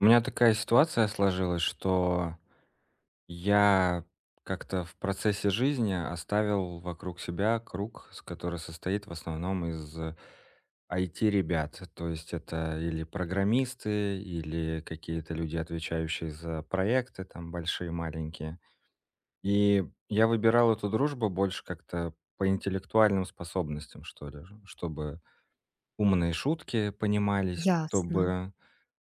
У меня такая ситуация сложилась, что я как-то в процессе жизни оставил вокруг себя круг, с который состоит в основном из IT-ребят. То есть это или программисты, или какие-то люди, отвечающие за проекты, там большие, маленькие. И я выбирал эту дружбу больше как-то по интеллектуальным способностям, что ли, чтобы умные шутки понимались, Ясно, чтобы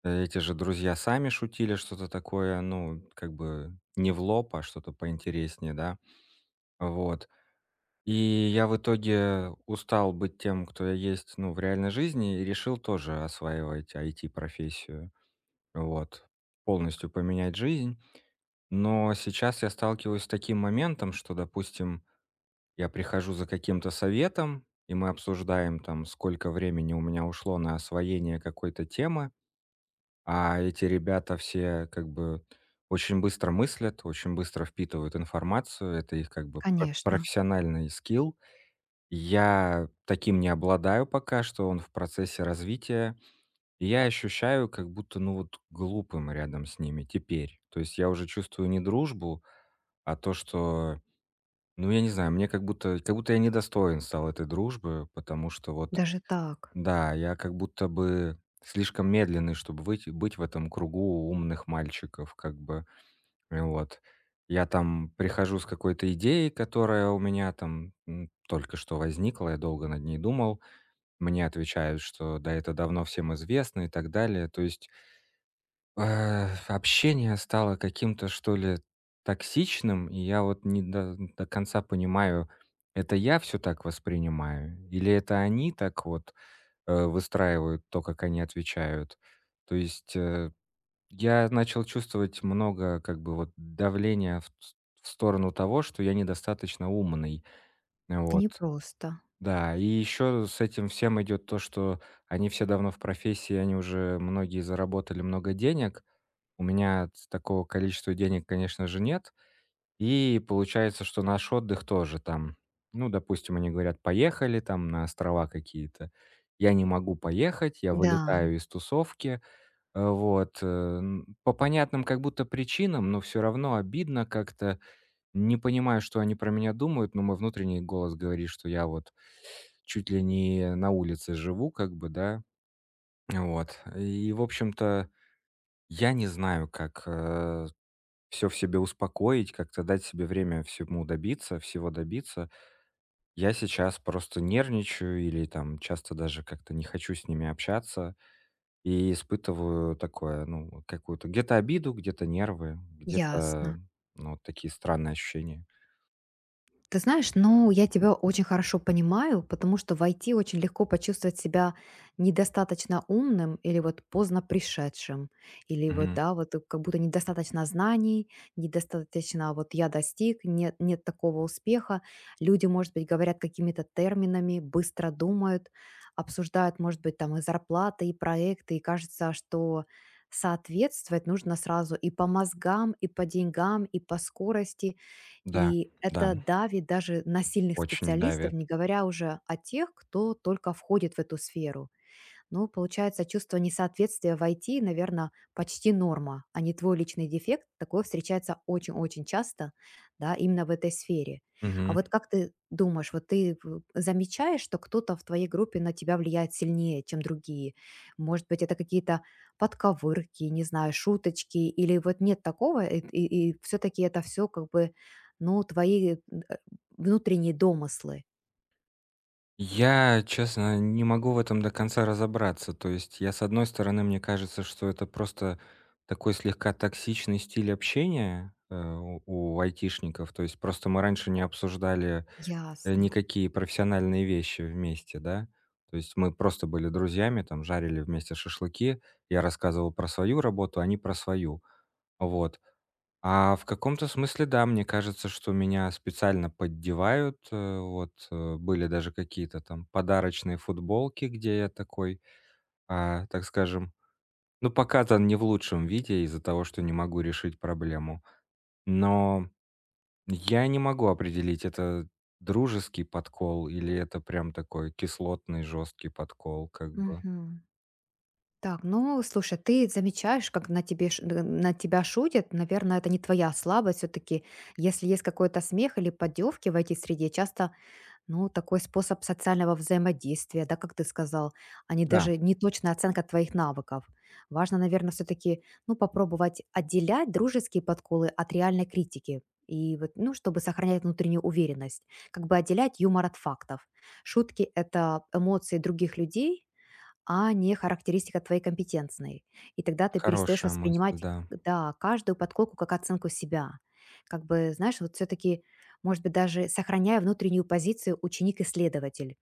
эти же друзья сами шутили что-то такое, ну, как бы не в лоб, а что-то поинтереснее, да. Вот. И я в итоге устал быть тем, кто я есть, ну, в реальной жизни, и решил тоже осваивать IT-профессию, вот, полностью поменять жизнь. Но сейчас я сталкиваюсь с таким моментом, что, допустим, я прихожу за каким-то советом, и мы обсуждаем там, сколько времени у меня ушло на освоение какой-то темы. А эти ребята все как бы очень быстро мыслят, очень быстро впитывают информацию. Это их как бы конечно. профессиональный скилл. Я таким не обладаю пока что, он в процессе развития. И я ощущаю как будто, ну вот, глупым рядом с ними теперь. То есть я уже чувствую не дружбу, а то, что, ну я не знаю, мне как будто я недостоин стал этой дружбы, потому что вот Даже так. да, я как будто бы слишком медленный, чтобы выйти быть в этом кругу умных мальчиков, как бы. Вот. Я там прихожу с какой-то идеей, которая у меня там, только что возникла, я долго над ней думал. Мне отвечают, что да, это давно всем известно и так далее. То есть, общение стало каким-то, что ли, токсичным, и я вот не до конца понимаю, это я все так воспринимаю или это они так вот выстраивают то, как они отвечают. То есть, я начал чувствовать много, как бы, вот давления в с в сторону того, что я недостаточно умный. Это Вот. непросто. Да, и еще с этим всем идет то, что они все давно в профессии, они уже многие заработали много денег. У меня ц такого количества денег, конечно же, нет. И получается, что наш отдых тоже там, ну, допустим, они говорят: "Поехали там на острова какие-то". Я не могу поехать, я Да, вылетаю из тусовки, вот, н по понятным как будто причинам, но все равно обидно как-то. Не понимаю, что они про меня думают, но мой внутренний голос говорит, что я вот чуть ли не на улице живу как бы, да. Вот. И, в общем-то, я не знаю, как, все в себе успокоить, как-то дать себе время всему добиться, всего добиться. Я сейчас просто нервничаю или там часто даже как-то не хочу с ними общаться и испытываю такое, ну, какую-то где-то обиду, где-то нервы, где-то, ясно. ну, вот такие странные ощущения. Ты знаешь, ну, я тебя очень хорошо понимаю, потому что в IT очень легко почувствовать себя недостаточно умным или вот поздно пришедшим, или вот, Мгм. да, вот как будто недостаточно знаний, недостаточно вот я достиг, нет, нет такого успеха. Люди, может быть, говорят какими-то терминами, быстро думают, обсуждают, может быть, там и зарплаты, и проекты, и кажется, что соответствовать нужно сразу и по мозгам, и по деньгам, и по скорости, Да, и да, это давит даже на сильных очень специалистов, давит. не говоря уже о тех, кто только входит в эту сферу. Ну, получается, чувство несоответствия в IT, наверное, почти норма, а не твой личный дефект. Такое встречается очень-очень часто, да, именно в этой сфере. А Мгм. вот как ты думаешь, вот ты замечаешь, что кто-то в твоей группе на тебя влияет сильнее, чем другие? Может быть, это какие-то подковырки, не знаю, шуточки, или вот нет такого, и все-таки это все как бы, ну, твои внутренние домыслы. Я, честно, не могу в этом до конца разобраться. То есть я, с одной стороны, мне кажется, что это просто такой слегка токсичный стиль общения, у айтишников. То есть просто мы раньше не обсуждали Ясно. никакие профессиональные вещи вместе, да? То есть мы просто были друзьями, там жарили вместе шашлыки, я рассказывал про свою работу, они про свою. Вот. А в каком-то смысле, да, мне кажется, что меня специально поддевают. Вот, были даже какие-то там подарочные футболки, где я такой, а, так скажем, ну, покатан не в лучшем виде из-за того, что не могу решить проблему. Но я не могу определить, это дружеский подкол или это прям такой кислотный, жесткий подкол, как бы. Так, ну, слушай, ты замечаешь, как на тебе ш- д- на тебя шутят. Наверное, это не твоя слабость все-таки. Если есть какой-то смех или поддевки в этой среде, часто, ну, такой способ социального взаимодействия, да, как ты сказал, а не Да, даже неточная оценка твоих навыков. Важно, наверное, все-таки, ну, попробовать отделять дружеские подколы от реальной критики. И вот, ну, чтобы сохранять внутреннюю уверенность, как бы отделять юмор от фактов. Шутки — это эмоции других людей, а не характеристика твоей компетентной. И тогда ты перестаешь хорошая мысль, воспринимать, да. да, каждую подколку как оценку себя. Как бы, знаешь, вот все-таки, может быть, даже сохраняя внутреннюю позицию ученик-исследователь,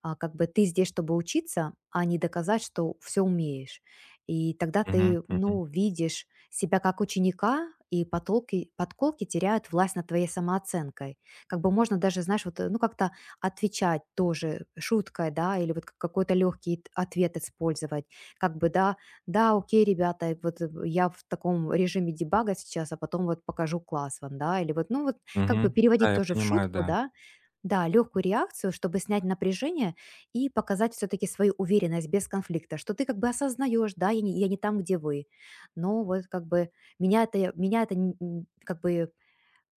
а, как бы ты здесь, чтобы учиться, а не доказать, что все умеешь. И тогда Мгм, ты, мгм, ну, видишь себя как ученика, и потолки, подколки теряют власть над твоей самооценкой. Как бы можно даже, знаешь, вот, ну, как-то отвечать тоже шуткой, да, или вот какой-то легкий ответ использовать. Как бы, да, да, окей, ребята, вот я в таком режиме дебага сейчас, а потом вот покажу класс вам, да, или вот, ну, вот как бы мгм. Да, переводить я тоже в понимаю, шутку, да. да, да, легкую реакцию, чтобы снять напряжение и показать все-таки свою уверенность без конфликта, что ты как бы осознаешь, да, я не там, где вы. Но вот как бы меня это как бы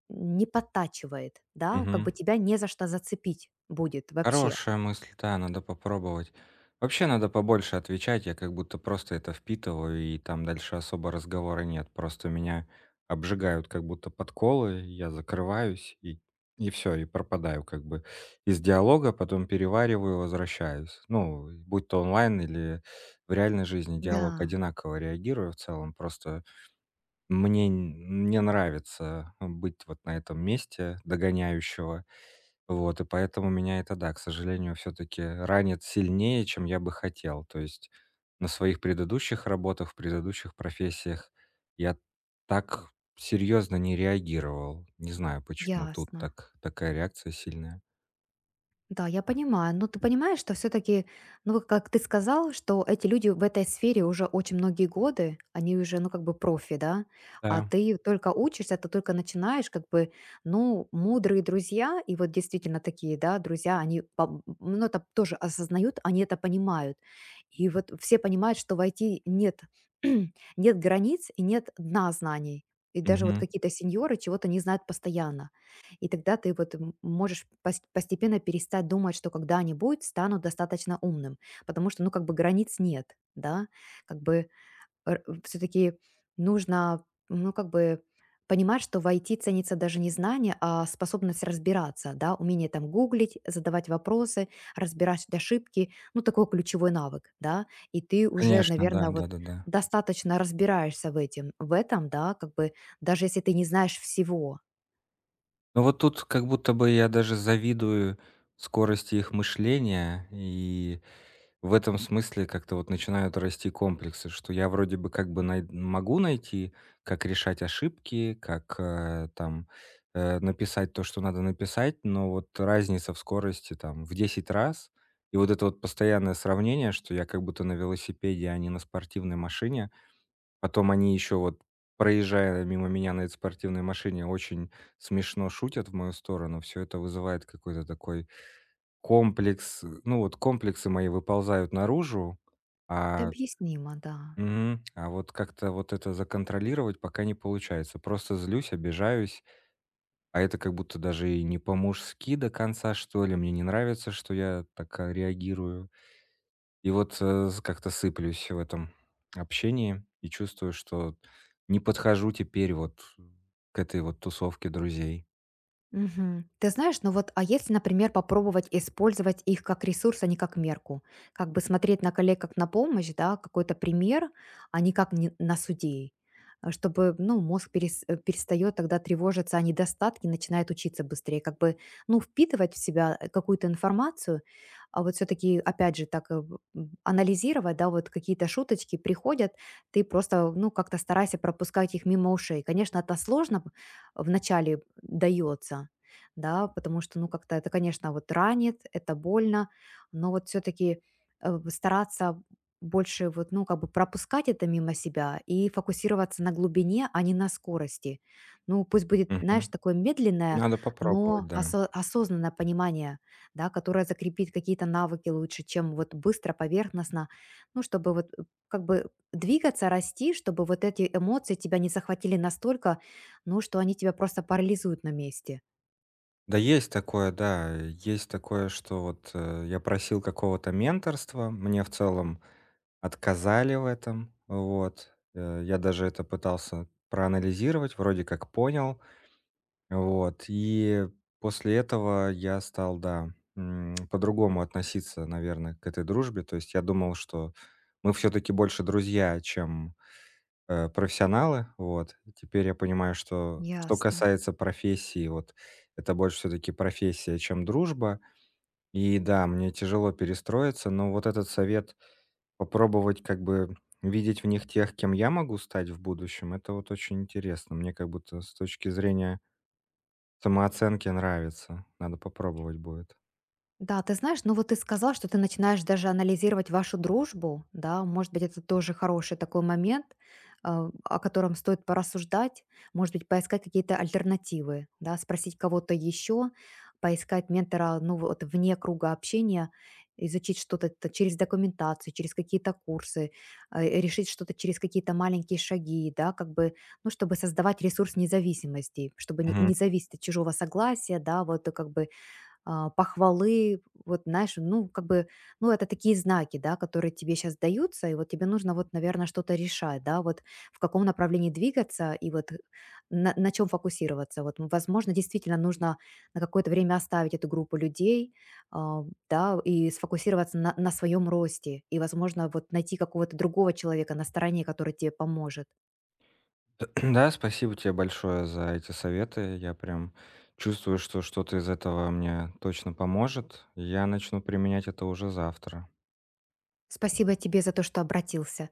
не подтачивает, да, как Мгм. бы тебя не за что зацепить будет вообще. Хорошая мысль, да, надо попробовать. Вообще надо побольше отвечать, я как будто просто это впитываю, и там дальше особо разговора нет. Просто меня обжигают как будто подколы, я закрываюсь и все, и пропадаю как бы из диалога, потом перевариваю, возвращаюсь. Ну, будь то онлайн или в реальной жизни Да, диалог одинаково реагирую в целом, просто мне не нравится быть вот на этом месте догоняющего, вот, и поэтому меня это, да, к сожалению, все таки ранит сильнее, чем я бы хотел. То есть на своих предыдущих работах, в предыдущих профессиях я так серьезно не реагировал. Не знаю, почему тут ясно. так такая реакция сильная. Да, я понимаю. Но ты понимаешь, что все-таки, ну, вот как ты сказал, что эти люди в этой сфере уже очень многие годы, они уже, ну, как бы профи, да, а Да. ты только учишься, ты только начинаешь, как бы, ну, мудрые друзья, и вот действительно такие, да, друзья, они, ну, это тоже осознают, они это понимают. И вот все понимают, что войти нет, нет границ и нет дна знаний. И даже вот Мгм. какие-то сеньоры чего-то не знают постоянно. И тогда ты вот можешь постепенно перестать думать, что когда-нибудь стану достаточно умным, потому что, ну, как бы границ нет, да, как бы все-таки нужно, ну, как бы понимать, что в IT ценится даже не знание, а способность разбираться, да, умение там гуглить, задавать вопросы, разбирать ошибки, ну, такой ключевой навык, да, и ты уже, Конечно, да, наверное, вот да-да-да. достаточно разбираешься в этом, да, как бы даже если ты не знаешь всего, Ну, вот тут как будто бы я даже завидую скорости их мышления. И в этом смысле как-то вот начинают расти комплексы, что я вроде бы как бы най могу найти, как решать ошибки, как, там, написать то, что надо написать, но вот разница в скорости там в 10 раз. И вот это вот постоянное сравнение, что я как будто на велосипеде, а не на спортивной машине. Потом они еще вот, проезжая мимо меня на этой спортивной машине, очень смешно шутят в мою сторону. Все это вызывает какой-то такой комплекс, ну, вот комплексы мои выползают наружу, это а объяснимо, да. мгм, а вот как-то вот это законтролировать пока не получается. Просто злюсь, обижаюсь, а это как будто даже и не по-мужски до конца, что ли. Мне не нравится, что я так, а, реагирую. И вот, с как-то сыплюсь в этом общении и чувствую, что не подхожу теперь вот к этой вот тусовке друзей. Мгм. Ты знаешь, ну вот, а если, например, попробовать использовать их как ресурс, а не как мерку? Как бы смотреть на коллег как на помощь, да, какой-то пример, а не как не- на судей. А чтобы, ну, мозг перестает тогда тревожиться о недостатке, начинает учиться быстрее, как бы, ну, впитывать в себя какую-то информацию, а вот все-таки, опять же, так анализировать, да, вот какие-то шуточки приходят, ты просто, ну, как-то старайся пропускать их мимо ушей. Конечно, это сложно, в начале дается, да, потому что, ну, как-то это, конечно, вот ранит, это больно, но вот все-таки стараться больше вот, ну, как бы пропускать это мимо себя и фокусироваться на глубине, а не на скорости. Ну, пусть будет, знаешь, Мгм. такое медленное, Надо но попробовать, да. Осознанное понимание, да, которое закрепит какие-то навыки лучше, чем вот быстро, поверхностно, ну, чтобы вот как бы двигаться, расти, чтобы вот эти эмоции тебя не захватили настолько, ну, что они тебя просто парализуют на месте. Да. Есть такое, что вот, я просил какого-то менторства, мне в целом отказали в этом. Вот. Я даже это пытался проанализировать, вроде как понял. Вот. И после этого я стал, да, по-другому относиться, наверное, к этой дружбе. То есть я думал, что мы все таки больше друзья, чем профессионалы. Вот. И теперь я понимаю, что что Ясно. касается профессии, вот это больше все-таки профессия, чем дружба. И да, мне тяжело перестроиться, но вот этот совет попробовать как бы видеть в них тех, кем я могу стать в будущем, это вот очень интересно. Мне как будто с точки зрения самооценки нравится. Надо попробовать будет. Да, ты знаешь, ну вот ты сказал, что ты начинаешь даже анализировать вашу дружбу, да, может быть, это тоже хороший такой момент, а, о котором стоит порассуждать, может быть, поискать какие-то альтернативы, да, спросить кого-то еще, поискать ментора, ну вот вне круга общения, изучить что-то через документацию, через какие-то курсы, а, и решить что-то через какие-то маленькие шаги, да, как бы, ну, чтобы создавать ресурс независимости, чтобы не, не зависеть от чужого согласия, да, вот как бы а, похвалы, вот знаешь, ну, как бы, ну, это такие знаки, да, которые тебе сейчас даются, и вот тебе нужно вот, наверное, что-то решать, да, вот в каком направлении двигаться и вот на чем фокусироваться. Вот, возможно, действительно нужно на какое-то время оставить эту группу людей, а, да, и сфокусироваться на своем росте, и, возможно, вот найти какого-то другого человека на стороне, который тебе поможет. Да, спасибо тебе большое за эти советы. Я прям чувствую, что что-то из этого мне точно поможет. Я начну применять это уже завтра. Спасибо тебе за то, что обратился.